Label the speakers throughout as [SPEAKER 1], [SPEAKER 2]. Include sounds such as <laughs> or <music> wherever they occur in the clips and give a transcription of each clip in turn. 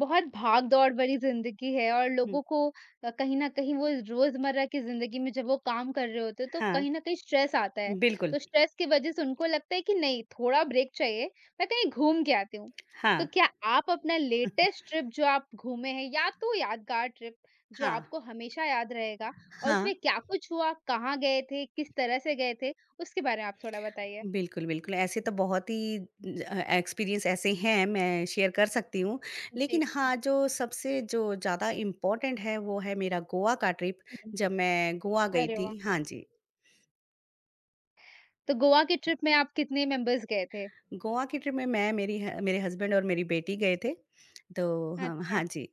[SPEAKER 1] बहुत भाग-दौड़ भरी ज़िंदगी है और
[SPEAKER 2] हुँ,
[SPEAKER 1] लोगों को कहीं न कहीं वो रोज़मर्रा की ज़िंदगी में जब वो काम कर रहे होते हैं, तो
[SPEAKER 2] हाँ,
[SPEAKER 1] कहीं न कहीं स्ट्रेस आता है।
[SPEAKER 2] बिल्कुल।
[SPEAKER 1] तो स्ट्रेस की वज़ह से उनको लगता है कि नहीं थोड़ा ब्रेक चाहिए, मैं कहीं घूम के आती हूँ। तो
[SPEAKER 2] हाँ,
[SPEAKER 1] क्या आप अपना लेटेस्ट ट्रिप जो आप घूमे हैं या तो यादगार ट्रिप जो
[SPEAKER 2] हाँ,
[SPEAKER 1] आपको हमेशा याद रहेगा और
[SPEAKER 2] हाँ,
[SPEAKER 1] उसमें क्या कुछ हुआ, कहाँ गए थे, किस तरह से गए थे, उसके बारे में आप थोड़ा बताइए?
[SPEAKER 2] बिल्कुल, बिल्कुल, ऐसे तो बहुत ही एक्सपीरियंस ऐसे हैं, मैं शेयर कर सकती हूँ।
[SPEAKER 1] जी,
[SPEAKER 2] लेकिन हाँ, जो ज़्यादा इम्पोर्टेंट है, वो है मेरा गोवा का ट्रिप,
[SPEAKER 1] हुँ।
[SPEAKER 2] जब मैं गोवा गई
[SPEAKER 1] अरे वाह!
[SPEAKER 2] थी। हाँ जी,
[SPEAKER 1] तो गोवा की ट्रिप में आप कितने मेंबर्स गए थे?
[SPEAKER 2] गोवा की ट्रिप में मैं, मेरी ह मेरे हस्बैंड और मेरी बेटी गए थे। तो हम
[SPEAKER 1] अच्छा।
[SPEAKER 2] हाँ जी,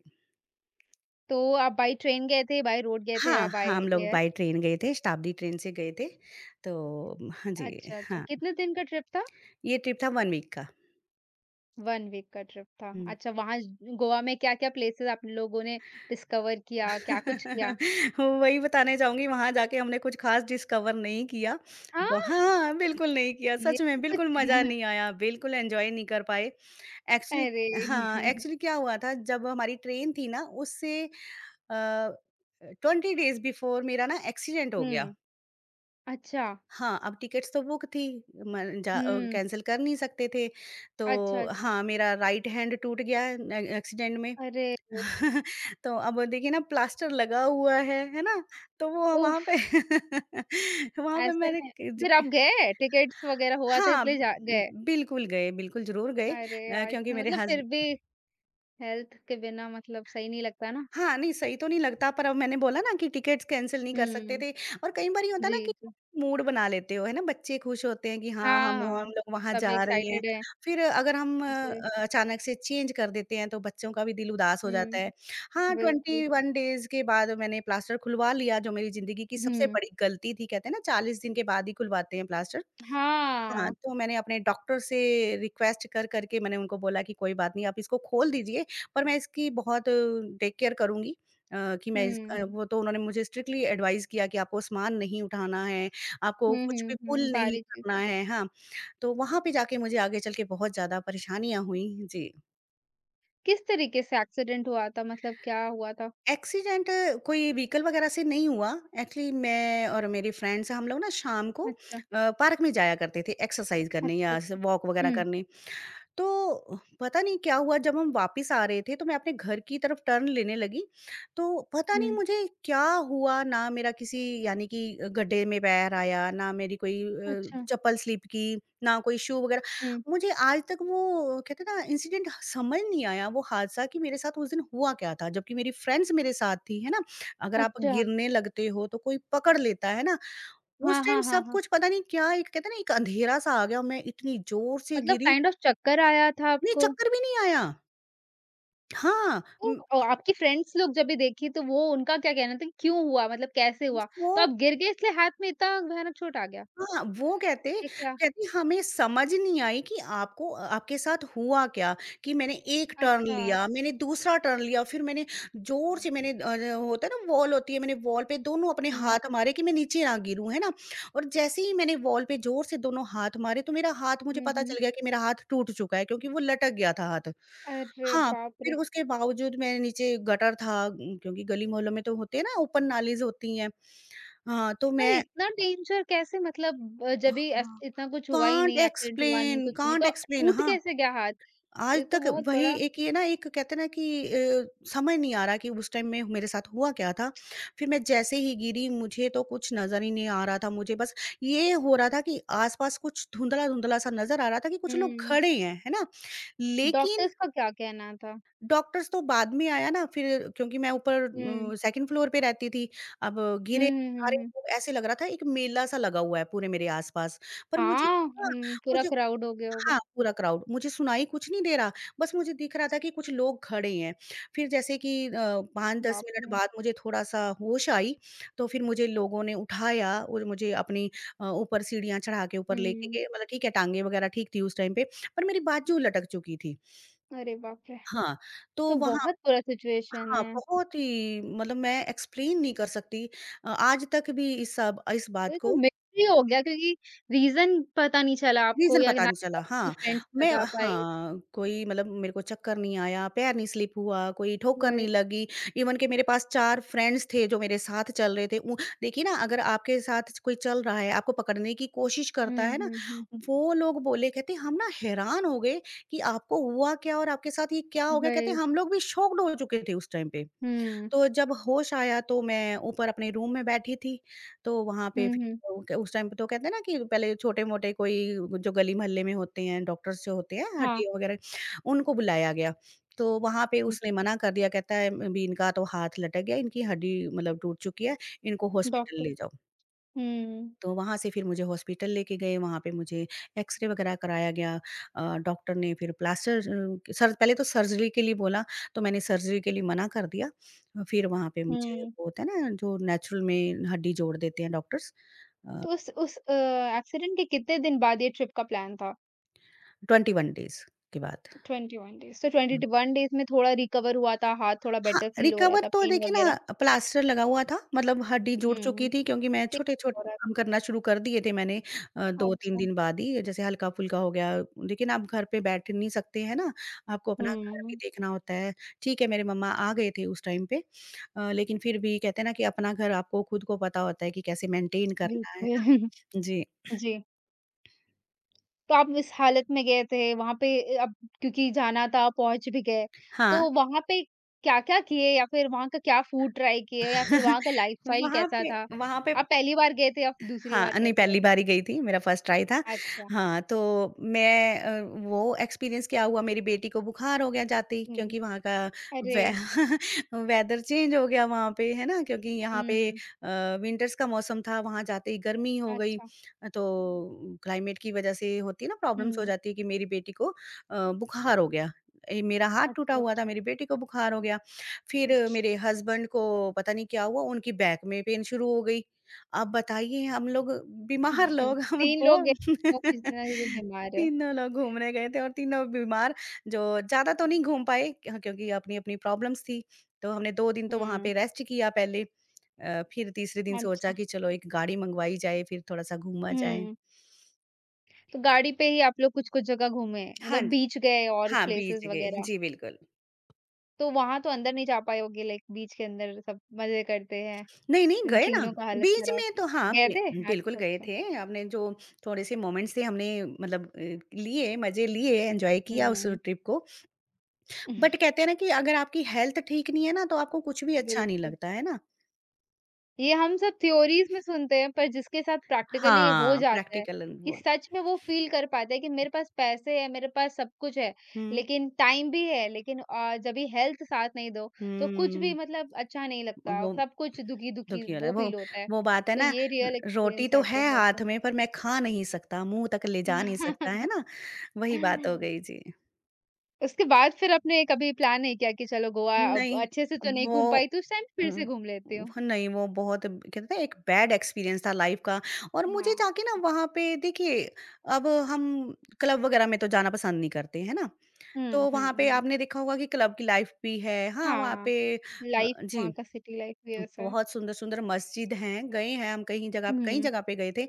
[SPEAKER 1] तो आप बाय ट्रेन गए थे, बाय रोड गए थे या
[SPEAKER 2] हाँ,
[SPEAKER 1] बाय
[SPEAKER 2] हम लोग
[SPEAKER 1] एयर?
[SPEAKER 2] बाय ट्रेन गए थे, शताब्दी ट्रेन से गए थे। तो हाँ जी,
[SPEAKER 1] अच्छा, अच्छा।
[SPEAKER 2] हाँ,
[SPEAKER 1] कितने दिन का ट्रिप था?
[SPEAKER 2] ये ट्रिप था 1 वीक का।
[SPEAKER 1] 1 वीक का ट्रिप था।
[SPEAKER 2] हुँ।
[SPEAKER 1] अच्छा, वहाँ गोवा में क्या-क्या प्लेसेस आप लोगों ने डिस्कवर किया? क्या कुछ किया?
[SPEAKER 2] <laughs> वही बताने जाऊँगी, वहाँ जाके हमने कुछ ख़ास डिस्कवर नहीं किया। ब
[SPEAKER 1] हाँ,
[SPEAKER 2] हाँ, बिल्कुल नहीं किया,
[SPEAKER 1] ये
[SPEAKER 2] सच में
[SPEAKER 1] तो कुछ
[SPEAKER 2] बिल्कुल मज़ा
[SPEAKER 1] <laughs>
[SPEAKER 2] नहीं आया, बिल्कुल एन्जॉय नहीं कर पाए। एक्चुअली
[SPEAKER 1] अरे!
[SPEAKER 2] हाँ,
[SPEAKER 1] <laughs>
[SPEAKER 2] एक्चुअली क्या हुआ था, जब हमारी ट्रेन थी ना, उससे 20 डेज़ बिफ़ोर मेरा ना एक्सीडेंट हो गया।
[SPEAKER 1] हुँ, अच्छा।
[SPEAKER 2] हाँ, अब टिकट्स तो बुक थी,
[SPEAKER 1] हुँ,
[SPEAKER 2] कैंसल कर नहीं सकते थे। तो
[SPEAKER 1] अच्छा, अच्छा।
[SPEAKER 2] हाँ, मेरा राइट हैंड टूट गया न एक्सीडेंट में।
[SPEAKER 1] अरे!
[SPEAKER 2] <laughs> तो अब देखिए ना प्लास्टर लगा हुआ है ना? तो वो वहाँ पे
[SPEAKER 1] उफ़!
[SPEAKER 2] <laughs> वहाँ पे
[SPEAKER 1] ऐसे
[SPEAKER 2] मैंने
[SPEAKER 1] में
[SPEAKER 2] क
[SPEAKER 1] फिर
[SPEAKER 2] ज
[SPEAKER 1] आप गए? टिकट्स वगैरह हुआ था
[SPEAKER 2] हाँ,
[SPEAKER 1] इसलिए जा गए?
[SPEAKER 2] बिल्कुल गए, बिल्कुल ज़रूर गए
[SPEAKER 1] अरे यार!
[SPEAKER 2] क्योंकि मेरे
[SPEAKER 1] मतलब
[SPEAKER 2] हस
[SPEAKER 1] फिर भी हेल्थ के बिना मतलब सही नहीं लगता ना।
[SPEAKER 2] हाँ, नहीं सही तो नहीं लगता पर अब मैंने बोला ना कि टिकट्स कैंसल नहीं कर सकते
[SPEAKER 1] हुँ,
[SPEAKER 2] थे और कई बारी होता है ना
[SPEAKER 1] जी,
[SPEAKER 2] कि
[SPEAKER 1] जी।
[SPEAKER 2] मूड बना लेते हो, है ना? बच्चे खुश होते हैं कि हाँ,
[SPEAKER 1] हाँ,
[SPEAKER 2] हम
[SPEAKER 1] हाँ।
[SPEAKER 2] लोग वहाँ
[SPEAKER 1] सब
[SPEAKER 2] जा रहे हैं।
[SPEAKER 1] एक्साइटेड हैं।
[SPEAKER 2] फिर अगर हम
[SPEAKER 1] जी।
[SPEAKER 2] अचानक से चेंज कर देते हैं तो बच्चों का भी दिल उदास हो जाता
[SPEAKER 1] हुँ,
[SPEAKER 2] है। हाँ,
[SPEAKER 1] बिल्कुल।
[SPEAKER 2] 21 डेज़ के बाद मैंने प्लास्टर खुलवा लिया जो मेरी ज़िंदगी की सबसे
[SPEAKER 1] हुँ।
[SPEAKER 2] बड़ी गलती थी। कहते हैं ना 40 दिन के बाद ही खुलवाते हैं प्लास्टर। हाँ,
[SPEAKER 1] हाँ।
[SPEAKER 2] तो मैंने अपने डॉक्टर से रिक्वेस्ट कर कर के मैंने उनको बोला कि कोई बात नहीं आप इसको खोल दीजिए पर मैं इसकी बहुत टेक केयर करूँगी अ, कि मैं इस
[SPEAKER 1] हुँ।
[SPEAKER 2] अ, वो तो उन्होंने मुझे स्ट्रिक्टली एडवाइस किया कि आपको सामान नहीं उठाना है, आपको
[SPEAKER 1] हुँ,
[SPEAKER 2] कुछ
[SPEAKER 1] हुँ,
[SPEAKER 2] भी
[SPEAKER 1] हुँ।
[SPEAKER 2] पुल नहीं
[SPEAKER 1] सारी
[SPEAKER 2] करना
[SPEAKER 1] चीज़ें।
[SPEAKER 2] है, हाँ। तो वहाँ पे जाके मुझे आगे चल के बहुत ज़्यादा परेशानियाँ हुई। जी।
[SPEAKER 1] किस तरीके से एक्सीडेंट हुआ था? मतलब क्या हुआ था?
[SPEAKER 2] एक्सीडेंट कोई व्हीकल वगैरह से नहीं हुआ। एक्चुअली मैं और मेरे फ्रेंड्स हम लोग ना शाम को
[SPEAKER 1] अच्छा।
[SPEAKER 2] पार्क में जाया करते थे एक्सरसाइज़ करने
[SPEAKER 1] अच्छा,
[SPEAKER 2] या ऐसे
[SPEAKER 1] अच्छा।
[SPEAKER 2] वॉक वगैरह
[SPEAKER 1] हुँ,
[SPEAKER 2] करने। तो पता नहीं क्या हुआ जब हम वापस आ रहे थे तो मैं अपने घर की तरफ टर्न लेने लगी तो पता
[SPEAKER 1] हुँ।
[SPEAKER 2] नहीं मुझे क्या हुआ ना मेरा किसी यानी कि गड्ढे में पैर आया ना मेरी कोई
[SPEAKER 1] अच्छा।
[SPEAKER 2] चप्पल स्लिप की ना कोई शू वगैरह
[SPEAKER 1] हुँ।
[SPEAKER 2] मुझे आज तक वो कहते ना इंसिडेंट समझ नहीं आया वो हादसा कि मेरे साथ उस दिन हुआ क्या था जबकि मेरी फ्रेंड्स मेरे साथ थी है ना अगर आप
[SPEAKER 1] अच्छा।
[SPEAKER 2] गिरने लगते हो तो कोई पकड़ लेता है ना उस
[SPEAKER 1] हाँ,
[SPEAKER 2] टाइम
[SPEAKER 1] हाँ, हाँ,
[SPEAKER 2] सब
[SPEAKER 1] हाँ।
[SPEAKER 2] कुछ पता नहीं क्या एक कहते ना एक अंधेरा सा आ गया मैं इतनी जोर से
[SPEAKER 1] मतलब
[SPEAKER 2] गिरी
[SPEAKER 1] काइंड ऑफ़ चक्कर आया था
[SPEAKER 2] नहीं,
[SPEAKER 1] आपको?
[SPEAKER 2] चक्कर भी नहीं आया। हाँ,
[SPEAKER 1] तो
[SPEAKER 2] उम,
[SPEAKER 1] आपकी फ्रेंड्स लोग जब ये देखी तो वो उनका क्या कहना था कि क्यों हुआ? मतलब कैसे हुआ?
[SPEAKER 2] वो
[SPEAKER 1] तो आप गिर गए इसलिए हाथ में इतना भयानक चोट आ गया?
[SPEAKER 2] हाँ, वो कहते
[SPEAKER 1] ये क्या?
[SPEAKER 2] कहते हमें समझ नहीं आई कि आपको आपके साथ हुआ क्या? कि मैंने 1 टर्न
[SPEAKER 1] अच्छा।
[SPEAKER 2] लिया, मैंने दूसरा टर्न लिया, फिर मैंने ज़ोर से मैंने अ, ज होता है ना वॉल होती है, मैंने वॉल पे दोनों अपने
[SPEAKER 1] हुँ।
[SPEAKER 2] हाथ मारे कि मैं नीचे ना गिरूँ, है ना? और जैसे ही मैंने वॉल पे ज़ोर से दोनों हाथ मारे तो मेरा हाथ मुझे
[SPEAKER 1] हुँ,
[SPEAKER 2] पता
[SPEAKER 1] हुँ।
[SPEAKER 2] चल गया कि मेरा हाथ टूट चुका है क्योंकि वो लटक गया था हाथ।
[SPEAKER 1] अरे
[SPEAKER 2] हाँ,
[SPEAKER 1] बाप
[SPEAKER 2] फिर
[SPEAKER 1] रे!
[SPEAKER 2] उसके बावजूद मैं नीचे गटर था क्योंकि गली मोहल्लों में तो होते हैं ना ओपन नालीज़ होती हैं। हाँ, तो
[SPEAKER 1] पर
[SPEAKER 2] मैं
[SPEAKER 1] इतना डेंजर कैसे मतलब जब भी ऐस
[SPEAKER 2] हाँ,
[SPEAKER 1] इतना कुछ हुआ ही नहीं, एक्सीडेंट हुआ नहीं, कुछ नहीं
[SPEAKER 2] कांट
[SPEAKER 1] तो
[SPEAKER 2] एक्सप्लेन
[SPEAKER 1] टूट
[SPEAKER 2] हाँ,
[SPEAKER 1] कैसे गया हाथ?
[SPEAKER 2] आज
[SPEAKER 1] ये तो
[SPEAKER 2] तक
[SPEAKER 1] बहुत
[SPEAKER 2] वही
[SPEAKER 1] बड़ा
[SPEAKER 2] एक ये ना एक कहते हैं ना कि समझ नहीं आ रहा कि उस टाइम में मेरे साथ हुआ क्या था। फिर मैं जैसे ही गिरी मुझे तो कुछ नज़र ही नहीं आ रहा था, मुझे बस ये हो रहा था कि आस-पास कुछ धुंधला-धुंधला सा नज़र आ रहा था कि कुछ लोग
[SPEAKER 1] हुँ,
[SPEAKER 2] खड़े हैं, है ना? लेकिन
[SPEAKER 1] डॉक्टर्स का क्या कहना था?
[SPEAKER 2] डॉक्टर्स तो बाद में आया ना फिर क्योंकि मैं ऊपर
[SPEAKER 1] हुँ, हुँ,
[SPEAKER 2] सेकंड फ्लोर पे रहती थी, अब गिरे
[SPEAKER 1] हुँ, हुँ,
[SPEAKER 2] सारे
[SPEAKER 1] हुँ।
[SPEAKER 2] लोग ऐसे लग रहा था एक मेला सा लगा हुआ है पूरे मेरे आस-पास। पर
[SPEAKER 1] हाँ,
[SPEAKER 2] हाँ,
[SPEAKER 1] हुँ, पूरा
[SPEAKER 2] मुझे
[SPEAKER 1] क्राउड हो गया होगा।
[SPEAKER 2] हाँ, पूरा क्राउड। मुझे सुनाई कुछ नहीं दे रहा, बस मुझे दिख रहा था कि कुछ लोग खड़े हैं। फिर जैसे कि 5-10
[SPEAKER 1] बाप
[SPEAKER 2] मिनट
[SPEAKER 1] रे!
[SPEAKER 2] बाद मुझे थोड़ा-सा होश आई, तो फिर मुझे लोगों ने उठाया और मुझे ऊपर सीढ़ियाँ चढ़ा के ऊपर लेके
[SPEAKER 1] हुँ,
[SPEAKER 2] गए। मतलब ठीक है, टाँगे वगैरह ठीक थी उस टाइम पे, पर मेरी बाजू लटक चुकी थी।
[SPEAKER 1] अरे बाप रे!
[SPEAKER 2] हाँ,
[SPEAKER 1] तो
[SPEAKER 2] तो वहाँ
[SPEAKER 1] बहुत बुरा सिचुएशन
[SPEAKER 2] हाँ,
[SPEAKER 1] है।
[SPEAKER 2] बहुत ही मतलब मैं एक्सप्लेन नहीं कर सकती आज तक भी इस बात
[SPEAKER 1] ये तो
[SPEAKER 2] को
[SPEAKER 1] मिस्ट्री हो गया क्योंकि रीज़न पता नहीं चला आपको
[SPEAKER 2] रीज़न
[SPEAKER 1] या
[SPEAKER 2] पता
[SPEAKER 1] ना
[SPEAKER 2] नहीं चला,
[SPEAKER 1] आपकी
[SPEAKER 2] हाँ।
[SPEAKER 1] फ्रेंड्स
[SPEAKER 2] मैं
[SPEAKER 1] बता पाई।
[SPEAKER 2] हाँ, कोई मतलब मेरे को चक्कर नहीं आया, पैर नहीं स्लिप हुआ, कोई ठोकर
[SPEAKER 1] वही।
[SPEAKER 2] नहीं लगी, इवन कि मेरे पास 4 फ्रेंड्स थे जो मेरे साथ चल रहे थे। उ देखिए ना अगर आपके साथ कोई चल रहा है, आपको पकड़ने की कोशिश करता
[SPEAKER 1] हुँ,
[SPEAKER 2] है ना,
[SPEAKER 1] हुँ, हुँ।
[SPEAKER 2] वो लोग बोले कहते हम ना हैरान हो गए कि आपको हुआ क्या और आपके साथ ये क्या हो गया? कहते
[SPEAKER 1] वही।
[SPEAKER 2] हम लोग भी शॉक्ड हो चुके थे उस टाइम पे।
[SPEAKER 1] हुँ।
[SPEAKER 2] तो जब होश आया तो मैं ऊपर अपने रूम में बैठी थी, तो वहाँ पे
[SPEAKER 1] हुँ,
[SPEAKER 2] फिर
[SPEAKER 1] हुँ।
[SPEAKER 2] क उस टाइम पे तो कहते हैं ना कि पहले छोटे-मोटे कोई जो गली-मोहल्ले में होते हैं, डॉक्टर्स जो होते हैं,
[SPEAKER 1] हाँ।
[SPEAKER 2] हड्डियों वगैरह, उनको बुलाया गया। तो वहाँ पे उसने
[SPEAKER 1] अच्छा।
[SPEAKER 2] मना कर दिया कहता है, "अभी इनका तो हाथ लटक गया, इनकी हड्डी मतलब टूट चुकी है, इनको हॉस्पिटल
[SPEAKER 1] डॉक्टर
[SPEAKER 2] ले जाओ।"
[SPEAKER 1] हुँ,
[SPEAKER 2] तो वहाँ से फिर मुझे हॉस्पिटल लेके गए, वहाँ पे मुझे एक्स-रे वगैरह कराया गया। डॉक्टर ने फिर प्लास्टर अ, सर पहले तो सर्जरी के लिए बोला, तो मैंने सर्जरी के लिए मना कर दिया। फिर वहाँ पे मुझे
[SPEAKER 1] हुँ।
[SPEAKER 2] वो होता है ना, जो नेचुरल में हड्डी जोड़ देते हैं डॉक्टर्स अ,
[SPEAKER 1] तो उस एक्सीडेंट के कितने दिन बाद ये ट्रिप का प्लान था?
[SPEAKER 2] 21 डेज़ के बाद।
[SPEAKER 1] 21 डेज़। तो 21 डेज़ में थोड़ा रिकवर हुआ था, हाथ थोड़ा
[SPEAKER 2] हाँ,
[SPEAKER 1] बेटर फ़ील हो रहा
[SPEAKER 2] रिकवर
[SPEAKER 1] था,
[SPEAKER 2] तो
[SPEAKER 1] पेन
[SPEAKER 2] देखिए
[SPEAKER 1] वग़ैरह?
[SPEAKER 2] ना प्लास्टर लगा हुआ था, मतलब हड्डी जुड़ चुकी
[SPEAKER 1] हुँ,
[SPEAKER 2] थी क्योंकि मैं
[SPEAKER 1] ठीक
[SPEAKER 2] छोटे-छोटे
[SPEAKER 1] हो रहा
[SPEAKER 2] काम
[SPEAKER 1] था।
[SPEAKER 2] करना शुरू कर दिए थे मैंने 2-3
[SPEAKER 1] अच्छा।
[SPEAKER 2] दिन बाद ही, जैसे हल्का-फुल्का हो गया। लेकिन आप घर पे बैठ नहीं सकते हैं ना, आपको अपना घर भी
[SPEAKER 1] हुँ,
[SPEAKER 2] देखना होता है। ठीक है, मेरे मम्मा आ गए थे उस टाइम पे लेकिन फिर भी कहते हैं ना कि अपना घर आपको खुद को पता होता है कि कैसे मेंटेन करना है ना।
[SPEAKER 1] बिल्कुल।
[SPEAKER 2] जी,
[SPEAKER 1] <laughs> जी, तो आप इस हालत में गए थे, वहाँ पे ए अब क्योंकि जाना था, पहुँच भी गए।
[SPEAKER 2] हाँ।
[SPEAKER 1] तो वहाँ पे क्या-क्या किए या फिर वहाँ का क्या फूड ट्राई किए या फिर वहाँ का
[SPEAKER 2] <laughs>
[SPEAKER 1] लाइफ़स्टाइल
[SPEAKER 2] वहाँ
[SPEAKER 1] कैसा
[SPEAKER 2] पे
[SPEAKER 1] था?
[SPEAKER 2] वहाँ पे
[SPEAKER 1] आप पहली बार गए थे या दूसरी
[SPEAKER 2] हाँ,
[SPEAKER 1] बार गए
[SPEAKER 2] नहीं
[SPEAKER 1] थे?
[SPEAKER 2] पहली बार ही गई थी, मेरा फर्स्ट ट्राई था।
[SPEAKER 1] अच्छा,
[SPEAKER 2] हाँ, मैं अ, वो एक्सपीरियंस क्या हुआ मेरी बेटी को बुखार हो गया जाते ही
[SPEAKER 1] हुँ।
[SPEAKER 2] क्योंकि वहाँ का
[SPEAKER 1] अरे!
[SPEAKER 2] वे <laughs> वेदर चेंज हो गया वहाँ पे, है ना? क्योंकि यहाँ पे
[SPEAKER 1] हुँ,
[SPEAKER 2] विंटर्स का मौसम था, वहाँ जाते ही गर्मी हो गई।
[SPEAKER 1] अच्छा,
[SPEAKER 2] तो क्लाइमेट की वज़ह से होती है ना प्रॉब्लम्स हो
[SPEAKER 1] हुँ।
[SPEAKER 2] जाती है कि मेरी बेटी को बुखार हो गया। ए, मेरा हाथ टूटा
[SPEAKER 1] अच्छा,
[SPEAKER 2] हुआ था,
[SPEAKER 1] अच्छा।
[SPEAKER 2] मेरी बेटी को बुखार हो गया। फिर
[SPEAKER 1] इश
[SPEAKER 2] मेरे हस्बैंड को पता नहीं क्या हुआ, उनकी बैक में पेन शुरू हो गई। आप बताइए हम लोग बीमार लोग
[SPEAKER 1] <laughs>
[SPEAKER 2] हम
[SPEAKER 1] 3 लोग
[SPEAKER 2] घूम
[SPEAKER 1] हैं, 2 किसी ना किसी
[SPEAKER 2] <laughs>
[SPEAKER 1] बीमार है।
[SPEAKER 2] तीनों लोग घूमने गए थे और तीनों बीमार जो ज़्यादा तो नहीं घूम पाए क्योंकि अपनी-अपनी प्रॉब्लम्स थी। तो हमने 2 दिन तो वहाँ
[SPEAKER 1] हुँ,
[SPEAKER 2] पे रेस्ट किया पहले फिर तीसरे दिन सोचा
[SPEAKER 1] अच्छा,
[SPEAKER 2] कि चलो एक गाड़ी मँगवाई जाए फिर थोड़ा-सा घूमा जाए।
[SPEAKER 1] हुँ। तो गाड़ी पे ही आप लोग कुछ-कुछ जगह घूमे,
[SPEAKER 2] हाँ
[SPEAKER 1] मतलब
[SPEAKER 2] जी।
[SPEAKER 1] बीच गए और
[SPEAKER 2] हाँ,
[SPEAKER 1] प्लेसेस
[SPEAKER 2] बीच गए।
[SPEAKER 1] वगैरह।
[SPEAKER 2] जी, बिल्कुल।
[SPEAKER 1] तो वहाँ तो अंदर नहीं जा पाए होगे लाइक बीच के अंदर सब मज़े करते हैं,
[SPEAKER 2] नहीं-नहीं
[SPEAKER 1] इन
[SPEAKER 2] गए ना,
[SPEAKER 1] तीनों का हालत
[SPEAKER 2] बीच
[SPEAKER 1] खराब।
[SPEAKER 2] में तो हाँ,
[SPEAKER 1] गए
[SPEAKER 2] बि
[SPEAKER 1] थे?
[SPEAKER 2] बिल्कुल
[SPEAKER 1] अच्छा,
[SPEAKER 2] गए
[SPEAKER 1] अच्छा।
[SPEAKER 2] थे। हमने जो थोड़े-से मोमेंट्स थे हमने मतलब लिए मज़े लिए, एन्जॉय किया उस
[SPEAKER 1] हुँ,
[SPEAKER 2] ट्रिप को। बट
[SPEAKER 1] <laughs>
[SPEAKER 2] कहते हैं ना कि अगर आपकी हेल्थ ठीक नहीं है ना तो आपको कुछ भी अच्छा नहीं
[SPEAKER 1] बिल्कुल।
[SPEAKER 2] लगता, है ना?
[SPEAKER 1] ये हम सब थ्योरीज़ में सुनते हैं, पर जिसके साथ प्रैक्टिकली हो
[SPEAKER 2] हाँ,
[SPEAKER 1] जाता है
[SPEAKER 2] प्रैक्टिकल
[SPEAKER 1] कि
[SPEAKER 2] वो
[SPEAKER 1] सच में वो फ़ील कर पाता है कि मेरे पास पैसे हैं, मेरे पास सब कुछ है,
[SPEAKER 2] हुँ,
[SPEAKER 1] लेकिन टाइम भी है, लेकिन जब भी हेल्थ साथ नहीं दो, तो कुछ भी
[SPEAKER 2] हुँ।
[SPEAKER 1] मतलब अच्छा नहीं लगता,
[SPEAKER 2] वो
[SPEAKER 1] सब कुछ दुखी-दुखी
[SPEAKER 2] दुखी वाला है,
[SPEAKER 1] वो
[SPEAKER 2] वो
[SPEAKER 1] फ़ील होता है।
[SPEAKER 2] वो बात है
[SPEAKER 1] तो
[SPEAKER 2] ना
[SPEAKER 1] ये
[SPEAKER 2] र
[SPEAKER 1] रियल
[SPEAKER 2] रोटी
[SPEAKER 1] एक्सपीरियंस है
[SPEAKER 2] तो है
[SPEAKER 1] आपके साथ
[SPEAKER 2] हाथ
[SPEAKER 1] तो।
[SPEAKER 2] में पर मैं खा नहीं सकता, मुँह तक ले जा नहीं सकता, है
[SPEAKER 1] <laughs>
[SPEAKER 2] ना? वही बात हो गई जी।
[SPEAKER 1] उसके बाद फिर आपने कभी प्लान नहीं किया कि चलो गोवा अब
[SPEAKER 2] नहीं,
[SPEAKER 1] अच्छे से तो नहीं
[SPEAKER 2] वो
[SPEAKER 1] घूम पाई, तो उस टाइम फिर
[SPEAKER 2] उम,
[SPEAKER 1] से घूम लेती हूँ?
[SPEAKER 2] नहीं वो बहुत कहते हैं एक बैड एक्सपीरियंस था लाइफ़ का और
[SPEAKER 1] हाँ।
[SPEAKER 2] मुझे जाके ना वहाँ पे देखिए अब हम क्लब वगैरह में तो जाना पसंद नहीं करते, है ना?
[SPEAKER 1] हुँ,
[SPEAKER 2] तो वहाँ
[SPEAKER 1] हुँ,
[SPEAKER 2] पे
[SPEAKER 1] हुँ।
[SPEAKER 2] आपने देखा होगा कि क्लब की लाइफ भी है। हाँ, वहाँ
[SPEAKER 1] हाँ।
[SPEAKER 2] पे
[SPEAKER 1] लाइफ
[SPEAKER 2] जी,
[SPEAKER 1] वहाँ का सिटी लाइफ भी ऐसा है।
[SPEAKER 2] बहुत सुंदर-सुंदर मस्जिद हैं, गए हैं हम कहीं जगह पे कई
[SPEAKER 1] हुँ,
[SPEAKER 2] जगह पे गए थे।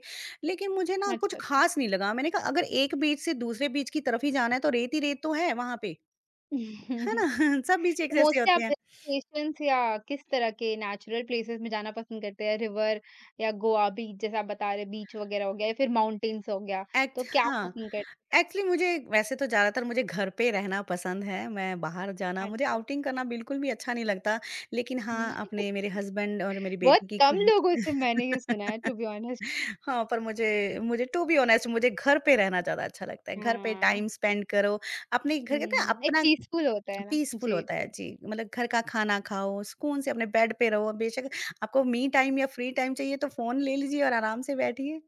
[SPEAKER 2] लेकिन मुझे ना कुछ
[SPEAKER 1] अच्छा, अच्छा।
[SPEAKER 2] ख़ास नहीं लगा। मैंने कहा अगर एक बीच से दूसरे बीच की तरफ ही जाना है तो रेत ही रेत तो है वहाँ पे, है ना?
[SPEAKER 1] <laughs>
[SPEAKER 2] <laughs> सब बीच एक
[SPEAKER 1] तो
[SPEAKER 2] जैसे
[SPEAKER 1] मोस्टली
[SPEAKER 2] होते
[SPEAKER 1] आप
[SPEAKER 2] हैं।
[SPEAKER 1] हिल स्टेशंस या किस तरह के नेचुरल प्लेसेस में जाना पसंद करते हैं? रिवर या गोवा बीच जैसा आप बता रहे बीच वगैरह हो गया या फिर माउंटेन्स हो गया,
[SPEAKER 2] एक्च
[SPEAKER 1] तो क्या
[SPEAKER 2] हाँ,
[SPEAKER 1] पसंद कर
[SPEAKER 2] एक्चुअली मुझे वैसे तो ज़्यादातर मुझे घर पे रहना पसंद है। मैं बाहर जाना मुझे
[SPEAKER 1] अच्छा, अच्छा।
[SPEAKER 2] आउटिंग करना बिल्कुल भी अच्छा नहीं लगता। लेकिन हाँ, अपने
[SPEAKER 1] <laughs>
[SPEAKER 2] मेरे हस्बैंड और मेरी
[SPEAKER 1] बहुत
[SPEAKER 2] बेटी की
[SPEAKER 1] कम लोगों से मैंने ये सुना है
[SPEAKER 2] <laughs>
[SPEAKER 1] टू बी ऑनेस्ट।
[SPEAKER 2] हाँ, पर मुझे मुझे टू बी ऑनेस्ट मुझे घर पे रहना ज़्यादा अच्छा लगता है। घर पे
[SPEAKER 1] हाँ,
[SPEAKER 2] टाइम स्पेंड करो, अपने घर
[SPEAKER 1] हुँ,
[SPEAKER 2] कहते हैं
[SPEAKER 1] हुँ। एक
[SPEAKER 2] अपना
[SPEAKER 1] पीसफुल होता है ना।
[SPEAKER 2] पीसफुल
[SPEAKER 1] जी,
[SPEAKER 2] होता है
[SPEAKER 1] जी।
[SPEAKER 2] जी। मतलब घर का खाना खाओ, सुकून से अपने बेड पे रहो, बेशक आपको मी टाइम या फ्री टाइम चाहिए तो फ़ोन ले लीजिए और आराम से बैठिए।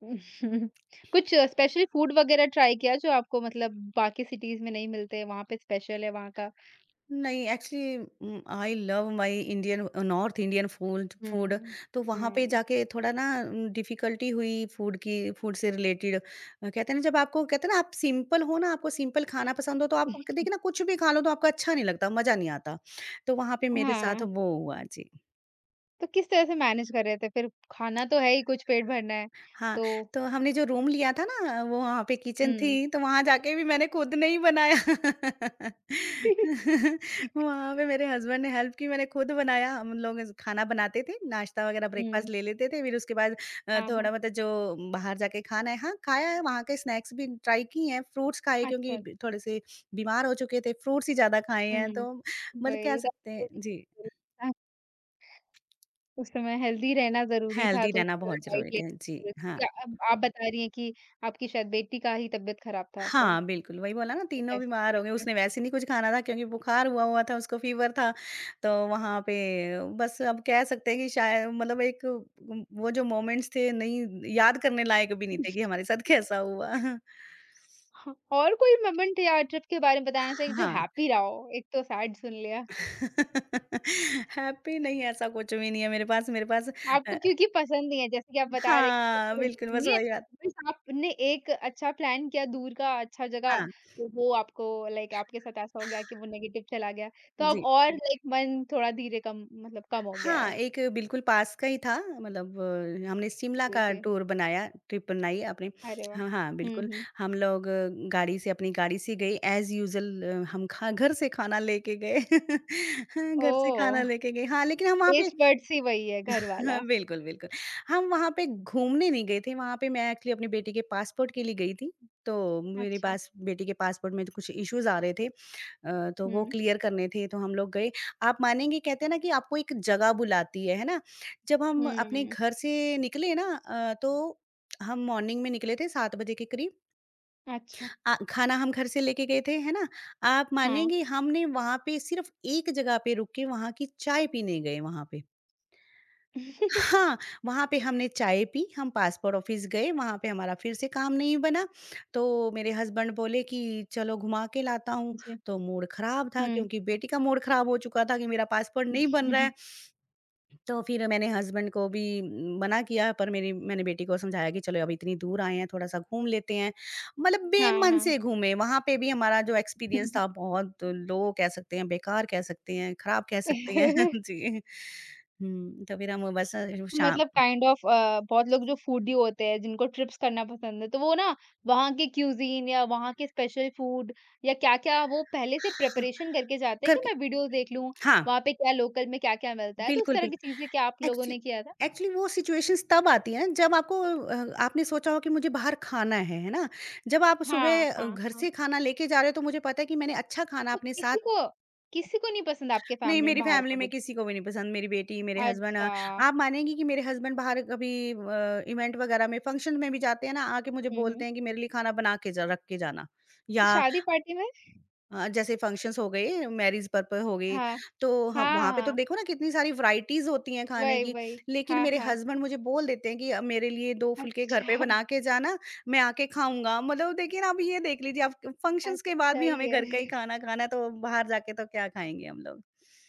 [SPEAKER 1] <laughs> कुछ स्पेशल फूड वगैरह ट्राई किया जो आपको मतलब बाकी सिटीज़ में नहीं मिलते, वहाँ पे स्पेशल है वहाँ का?
[SPEAKER 2] नहीं, actually I love my Indian north Indian food food
[SPEAKER 1] हुँ।
[SPEAKER 2] तो वहाँ पे
[SPEAKER 1] हुँ।
[SPEAKER 2] जाके थोड़ा ना डिफ़िकल्टी हुई फूड की फूड से रिलेटेड कहते हैं ना जब आपको कहते हैं ना आप सिंपल हो ना, आपको सिंपल खाना पसंद हो तो आप देखिए ना कुछ भी खा लो तो आपको अच्छा नहीं लगता, मज़ा नहीं आता। तो वहाँ पे मेरे साथ
[SPEAKER 1] हाँ,
[SPEAKER 2] वो हुआ। जी।
[SPEAKER 1] तो किस तरह से मैनेज कर रहे थे फिर? खाना तो है ही, कुछ पेट भरना है,
[SPEAKER 2] हाँ,
[SPEAKER 1] तो
[SPEAKER 2] तो हमने जो रूम लिया था ना, वो वहाँ पे किचन
[SPEAKER 1] हुँ।
[SPEAKER 2] थी, तो वहाँ जाके भी मैंने खुद नहीं बनाया।
[SPEAKER 1] हुँ। <laughs>
[SPEAKER 2] <laughs> वहाँ पे मेरे हस्बैंड ने हेल्प की, मैंने खुद बनाया। हम लोग ज़ खाना बनाते थे, नाश्ता वगैरह ब्रेकफ़ास्ट ले लेते थे, फिर उसके बाद
[SPEAKER 1] हाँ,
[SPEAKER 2] थोड़ा
[SPEAKER 1] हाँ।
[SPEAKER 2] बहुत जो बाहर जाके खाना है हाँ, खाया है, वहाँ के स्नैक्स भी ट्राई किए हैं, फ्रूट्स खाए क्योंकि
[SPEAKER 1] अच्छा।
[SPEAKER 2] ब थोड़े-से बीमार हो चुके थे, फ्रूट्स ही ज़्यादा खाए हैं,
[SPEAKER 1] हुँ।
[SPEAKER 2] तो मतलब कह
[SPEAKER 1] वही
[SPEAKER 2] सकते हैं जी,
[SPEAKER 1] हाँ, <laughs> उस समय हेल्दी रहना ज़रूरी था
[SPEAKER 2] हेल्दी
[SPEAKER 1] तो उस
[SPEAKER 2] रहना
[SPEAKER 1] तरह
[SPEAKER 2] बहुत
[SPEAKER 1] डाइट
[SPEAKER 2] ज़रूरी है।
[SPEAKER 1] लेना
[SPEAKER 2] जी,
[SPEAKER 1] ज़रूरी
[SPEAKER 2] हाँ।
[SPEAKER 1] थी। अब आप बता रही हैं कि आपकी शायद बेटी का ही तबीयत खराब था तो
[SPEAKER 2] हाँ, बिल्कुल, वही बोला ना तीनों
[SPEAKER 1] कैसे
[SPEAKER 2] बीमार हो गए,
[SPEAKER 1] देखते हैं।
[SPEAKER 2] उसने वैसे नहीं कुछ खाना था क्योंकि बुखार हुआ हुआ था, उसको फ़ीवर था, तो वहाँ पे बस अब कह सकते हैं कि शायद मतलब एक वो जो मोमेंट्स थे नहीं याद करने लायक भी नहीं थे कि हमारे साथ कैसा हुआ।
[SPEAKER 1] हाँ, और कोई मोमेंट या ट्रिप के बारे में बताना चाहिए जो
[SPEAKER 2] हाँ।
[SPEAKER 1] हैप्पी रहा हो? एक तो सैड सुन लिया।
[SPEAKER 2] <laughs> हैप्पी नहीं ऐसा कुछ भी नहीं है मेरे पास अ,
[SPEAKER 1] आपको क्योंकि पसंद नहीं है, जैसे कि आप बता रहे
[SPEAKER 2] हाँ, बिल्कुल बस
[SPEAKER 1] हैं
[SPEAKER 2] वही बात
[SPEAKER 1] बस आपने एक अच्छा प्लान किया दूर का अच्छा जगह,
[SPEAKER 2] हाँ।
[SPEAKER 1] तो वो आपको लाइक आपके साथ ऐसा हो गया कि वो नेगेटिव चला गया। तो अब
[SPEAKER 2] जी।
[SPEAKER 1] और लाइक मन थोड़ा धीरे कम मतलब कम हो गया
[SPEAKER 2] हाँ,
[SPEAKER 1] है।
[SPEAKER 2] एक बिल्कुल पास का ही था मतलब हमने शिमला
[SPEAKER 1] जी,
[SPEAKER 2] का
[SPEAKER 1] जी।
[SPEAKER 2] टूर बनाया ट्रिप बनाई आपने
[SPEAKER 1] अरे वाह!
[SPEAKER 2] हाँ, हाँ,
[SPEAKER 1] हुँ,
[SPEAKER 2] बिल्कुल।
[SPEAKER 1] हुँ।
[SPEAKER 2] हम लोग गाड़ी से अपनी गाड़ी से गए एज़ यूजुअल हम खा घर से खाना लेके गए। <laughs> हाँ, घर से खाना
[SPEAKER 1] ओह!
[SPEAKER 2] लेके गए हाँ, लेकिन हम वहाँ पे
[SPEAKER 1] टेस्ट बड्स ही वही है घर
[SPEAKER 2] हाँ,
[SPEAKER 1] वाला।
[SPEAKER 2] बिल्कुल, बिल्कुल। हम वहाँ पे घूमने नहीं गए थे, वहाँ पे मैं एक्चुअली अपनी बेटी के पासपोर्ट के लिए गई थी। तो मेरे
[SPEAKER 1] अच्छा।
[SPEAKER 2] पास बेटी के पासपोर्ट में तो कुछ इश्यूज़ आ रहे थे। अ, तो वो
[SPEAKER 1] हुँ,
[SPEAKER 2] क्लियर करने थे तो हम लोग गए। आप मानेंगे कहते हैं ना कि आपको एक जगह बुलाती है ना? जब हम अपने
[SPEAKER 1] हुँ।
[SPEAKER 2] घर से निकले ना तो हम मॉर्निंग में निकले थे 7 बजे के करीब।
[SPEAKER 1] अच्छा,
[SPEAKER 2] खाना हम घर से लेके गए थे, है ना? आप
[SPEAKER 1] हाँ।
[SPEAKER 2] मानेंगे हमने वहाँ पे सिर्फ़ एक जगह पे रुक के वहाँ की चाय पीने गए वहाँ पे।
[SPEAKER 1] <laughs>
[SPEAKER 2] हाँ, वहाँ पे हमने चाय पी, हम पासपोर्ट ऑफ़िस गए, वहाँ पे हमारा फिर से काम नहीं बना, तो मेरे हस्बैंड बोले कि चलो घुमा के लाता हूँ,
[SPEAKER 1] जी।
[SPEAKER 2] तो मूड ख़राब था
[SPEAKER 1] हुँ।
[SPEAKER 2] क्योंकि बेटी का मूड ख़राब हो चुका था कि मेरा पासपोर्ट नहीं बन रहा है।
[SPEAKER 1] <laughs>
[SPEAKER 2] तो फिर मैंने हस्बैंड को भी मना किया पर मेरी मैंने बेटी को समझाया कि चलो अब इतनी दूर आए हैं, थोड़ा-सा घूम लेते हैं। मतलब
[SPEAKER 1] हाँ,
[SPEAKER 2] बेमन
[SPEAKER 1] हाँ।
[SPEAKER 2] से घूमे, वहाँ पे भी हमारा जो एक्सपीरियंस था बहुत लो कह सकते हैं, बेकार कह सकते हैं, ख़राब कह सकते हैं।
[SPEAKER 1] <laughs>
[SPEAKER 2] <laughs> जी। हुँ, तो फिर हम बस शाम
[SPEAKER 1] मतलब काइंड ऑफ बहुत लोग जो फूडी होते हैं जिनको ट्रिप्स करना पसंद है तो वो ना वहाँ के क्यूजीन या वहाँ के स्पेशल फूड या क्या-क्या वो पहले से
[SPEAKER 2] हाँ,
[SPEAKER 1] प्रिपरेशन करके जाते हैं कि
[SPEAKER 2] करके
[SPEAKER 1] मैं वीडियोस देख लूँ,
[SPEAKER 2] हाँ,
[SPEAKER 1] वहाँ पे क्या लोकल में क्या-क्या मिलता है, तो उस
[SPEAKER 2] बिल्कुल,
[SPEAKER 1] तरह की
[SPEAKER 2] बिल्कुल।
[SPEAKER 1] चीज़ें क्या आप लोगों ने
[SPEAKER 2] एक्चुअली
[SPEAKER 1] किया था?
[SPEAKER 2] एक्चुअली वो सिचुएशंस तब आती हैं जब आपको आपने सोचा हो कि मुझे बाहर खाना है ना? जब आप
[SPEAKER 1] हाँ,
[SPEAKER 2] सुबह
[SPEAKER 1] हाँ,
[SPEAKER 2] घर
[SPEAKER 1] हाँ।
[SPEAKER 2] से खाना लेके जा रहे हो तो मुझे पता है कि मैंने अच्छा खाना
[SPEAKER 1] तो
[SPEAKER 2] अपने साथ
[SPEAKER 1] किसी को नहीं पसंद आपके
[SPEAKER 2] नहीं
[SPEAKER 1] फैमिली में
[SPEAKER 2] मेरी
[SPEAKER 1] बाहर
[SPEAKER 2] फैमिली
[SPEAKER 1] का
[SPEAKER 2] में
[SPEAKER 1] कुछ?
[SPEAKER 2] किसी को भी नहीं पसंद, मेरी बेटी, मेरे हस्बैंड
[SPEAKER 1] अच्छा,
[SPEAKER 2] आप मानेंगी कि मेरे हस्बैंड बाहर कभी इवेंट वगैरह में, फंक्शन में भी जाते हैं ना, आके मुझे
[SPEAKER 1] हुँ,
[SPEAKER 2] बोलते
[SPEAKER 1] हुँ।
[SPEAKER 2] हैं कि मेरे लिए खाना बना के जा रख के जाना
[SPEAKER 1] तो
[SPEAKER 2] या
[SPEAKER 1] शादी पार्टी में?
[SPEAKER 2] जैसे फंक्शंस हो गए, मैरिज पर्पल हो गई,
[SPEAKER 1] हाँ,
[SPEAKER 2] तो हम
[SPEAKER 1] हाँ,
[SPEAKER 2] वहाँ पे तो
[SPEAKER 1] हाँ।
[SPEAKER 2] देखो ना कितनी सारी वैराइटीज़ होती हैं खाने
[SPEAKER 1] वही,
[SPEAKER 2] की।
[SPEAKER 1] वही।
[SPEAKER 2] लेकिन
[SPEAKER 1] हाँ,
[SPEAKER 2] मेरे
[SPEAKER 1] हाँ।
[SPEAKER 2] हस्बैंड मुझे बोल देते हैं कि मेरे लिए 2 फुलके घर पे
[SPEAKER 1] अच्छा, <laughs>
[SPEAKER 2] बना के जाना, मैं आके खाऊँगा। मतलब देखिए ना, आप ये देख लीजिए आप फंक्शंस के बाद
[SPEAKER 1] अच्छा
[SPEAKER 2] भी
[SPEAKER 1] ही
[SPEAKER 2] हमें घर का ही
[SPEAKER 1] है।
[SPEAKER 2] खाना खाना है, तो बाहर जाके तो क्या खाएँगे हम लोग।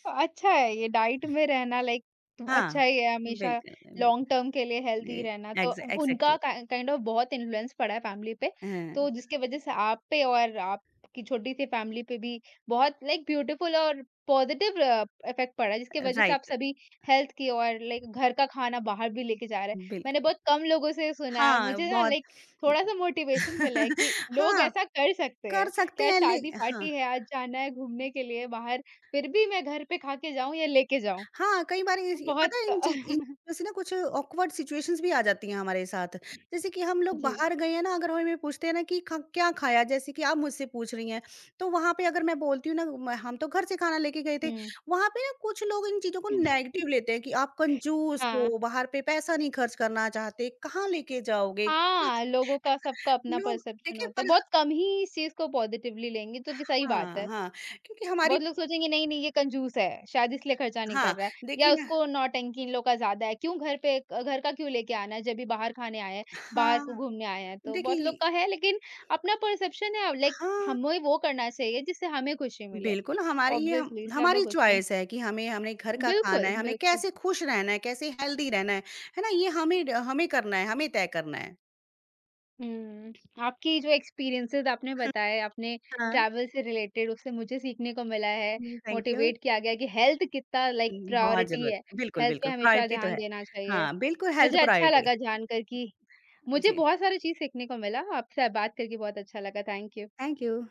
[SPEAKER 1] अच्छा है ये डाइट में रहना लाइक तो
[SPEAKER 2] हाँ,
[SPEAKER 1] अच्छा ही है हमेशा
[SPEAKER 2] बिल्कुल,
[SPEAKER 1] लॉन्ग
[SPEAKER 2] बिल्कुल।
[SPEAKER 1] टर्म के लिए हेल्दी
[SPEAKER 2] ए
[SPEAKER 1] रहना तो
[SPEAKER 2] एग्ज़ै
[SPEAKER 1] उनका
[SPEAKER 2] एग्ज़ैक्टली
[SPEAKER 1] काइंड ऑफ बहुत इन्फ्लुएंस पड़ा है फैमिली पे
[SPEAKER 2] हाँ,
[SPEAKER 1] तो जिसके वजह से आप पे और आपकी छोटी सी फैमिली पे भी बहुत लाइक ब्यूटीफुल और पॉजिटिव इफेक्ट पड़ा है जिसके वजह से आप
[SPEAKER 2] राइट,
[SPEAKER 1] सभी हेल्थ की और लाइक घर का खाना बाहर भी लेके जा रहे हैं मैंने
[SPEAKER 2] बिल्कुल।
[SPEAKER 1] बहुत कम लोगों से सुना है और
[SPEAKER 2] हाँ,
[SPEAKER 1] मुझे ना
[SPEAKER 2] बहुत
[SPEAKER 1] लाइक थोड़ा सा मोटिवेशन मिला है
[SPEAKER 2] <laughs>
[SPEAKER 1] कि लोग
[SPEAKER 2] हाँ,
[SPEAKER 1] ऐसा कर सकते हैं
[SPEAKER 2] कर सकते
[SPEAKER 1] क्या
[SPEAKER 2] हैं ले
[SPEAKER 1] शादी
[SPEAKER 2] हाँ।
[SPEAKER 1] पार्टी है आज जाना है घूमने के लिए बाहर फिर भी मैं घर पे खा के जाऊँ या लेके जाऊँ,
[SPEAKER 2] हाँ, कई बार इस ये
[SPEAKER 1] बहुत
[SPEAKER 2] पता है इन चीज़ इन
[SPEAKER 1] <laughs>
[SPEAKER 2] चीज़ों से ना कुछ ऑकवर्ड सिचुएशंस भी आ जाती हैं हमारे साथ। जैसे कि हम लोग
[SPEAKER 1] जी।
[SPEAKER 2] बाहर गए हैं ना, अगर हमें पूछते हैं ना कि ख क्या खाया? जैसे कि आप मुझसे पूछ रही हैं, तो वहाँ पे अगर मैं बोलती हूँ ना म हम तो घर से खाना लेके गए थे।
[SPEAKER 1] हुँ।
[SPEAKER 2] वहाँ पे ना कुछ लोग इन चीज़ों को नेगेटिव
[SPEAKER 1] <laughs>
[SPEAKER 2] लेते हैं कि आप कंजूस
[SPEAKER 1] हाँ।
[SPEAKER 2] हो, बाहर पे पैसा नहीं खर्च करना चाहते, कहाँ लेके जाओगे? है ना?
[SPEAKER 1] हाँ, लोगों का सबका अपना
[SPEAKER 2] लोग
[SPEAKER 1] परसेप्शन
[SPEAKER 2] देखिए
[SPEAKER 1] होता है,
[SPEAKER 2] पर
[SPEAKER 1] बहुत कम ही इस चीज़ को पॉज़िटिवली लेंगे जो कि सही बात
[SPEAKER 2] हाँ,
[SPEAKER 1] है।
[SPEAKER 2] हाँ, क्योंकि हमारी
[SPEAKER 1] बहुत लोग सोचेंगे नहीं, नहीं ये कंजूस है, शायद इसलिए खर्चा नहीं
[SPEAKER 2] हाँ,
[SPEAKER 1] कर रहा है या
[SPEAKER 2] देखिए ना
[SPEAKER 1] उसको नौटंकी इन लोग का ज़्यादा है, क्यों घर पे क घर का क्यों लेके आना है जब भी बाहर खाने आए हैं, बाहर
[SPEAKER 2] हाँ,
[SPEAKER 1] को घूमने आए हैं, तो बहुत लोग
[SPEAKER 2] देखिए
[SPEAKER 1] का है लेकिन अपना परसेप्शन है लाइक
[SPEAKER 2] हाँ।
[SPEAKER 1] हमें वो करना चाहिए जिससे हमें खुशी मिले।
[SPEAKER 2] बिल्कुल, हमारी ये हम
[SPEAKER 1] ऑब्वियसली ज़्यादा
[SPEAKER 2] हमारी
[SPEAKER 1] कुछ नहीं।
[SPEAKER 2] चॉइस है कि हमें हमें घर का खाना
[SPEAKER 1] बिल्कुल,
[SPEAKER 2] है, हमें
[SPEAKER 1] बिल्कुल।
[SPEAKER 2] कैसे खुश रहना है, कैसे हेल्दी रहना है ना? ये हमें ड हमें करना है, हमें तय करना है।
[SPEAKER 1] हुँ, आपकी जो एक्सपीरियंसेज़ आपने बताए, आपने
[SPEAKER 2] हाँ।
[SPEAKER 1] ट्रैवल से रिलेटेड उससे मुझे सीखने को मिला है,
[SPEAKER 2] हुँ, थैंक यू।
[SPEAKER 1] मोटिवेट किया गया कि हेल्थ कितना लाइक
[SPEAKER 2] हुँ, बहुत
[SPEAKER 1] प्रायोरिटी
[SPEAKER 2] ज़रूरत
[SPEAKER 1] है,
[SPEAKER 2] है। बिल्कुल,
[SPEAKER 1] हेल्थ पे
[SPEAKER 2] बिल्कुल
[SPEAKER 1] हमेशा
[SPEAKER 2] प्रायोरिटी तो
[SPEAKER 1] ध्यान
[SPEAKER 2] है।
[SPEAKER 1] देना चाहिए।
[SPEAKER 2] हाँ, बिल्कुल हेल्थ
[SPEAKER 1] मुझे अच्छा
[SPEAKER 2] प्रायोरिटी है।
[SPEAKER 1] लगा जानकर कि मुझे
[SPEAKER 2] जी।
[SPEAKER 1] बहुत सारी चीज़ सीखने को मिला, आपसे बात करके बहुत अच्छा लगा। Thank you.
[SPEAKER 2] Thank you.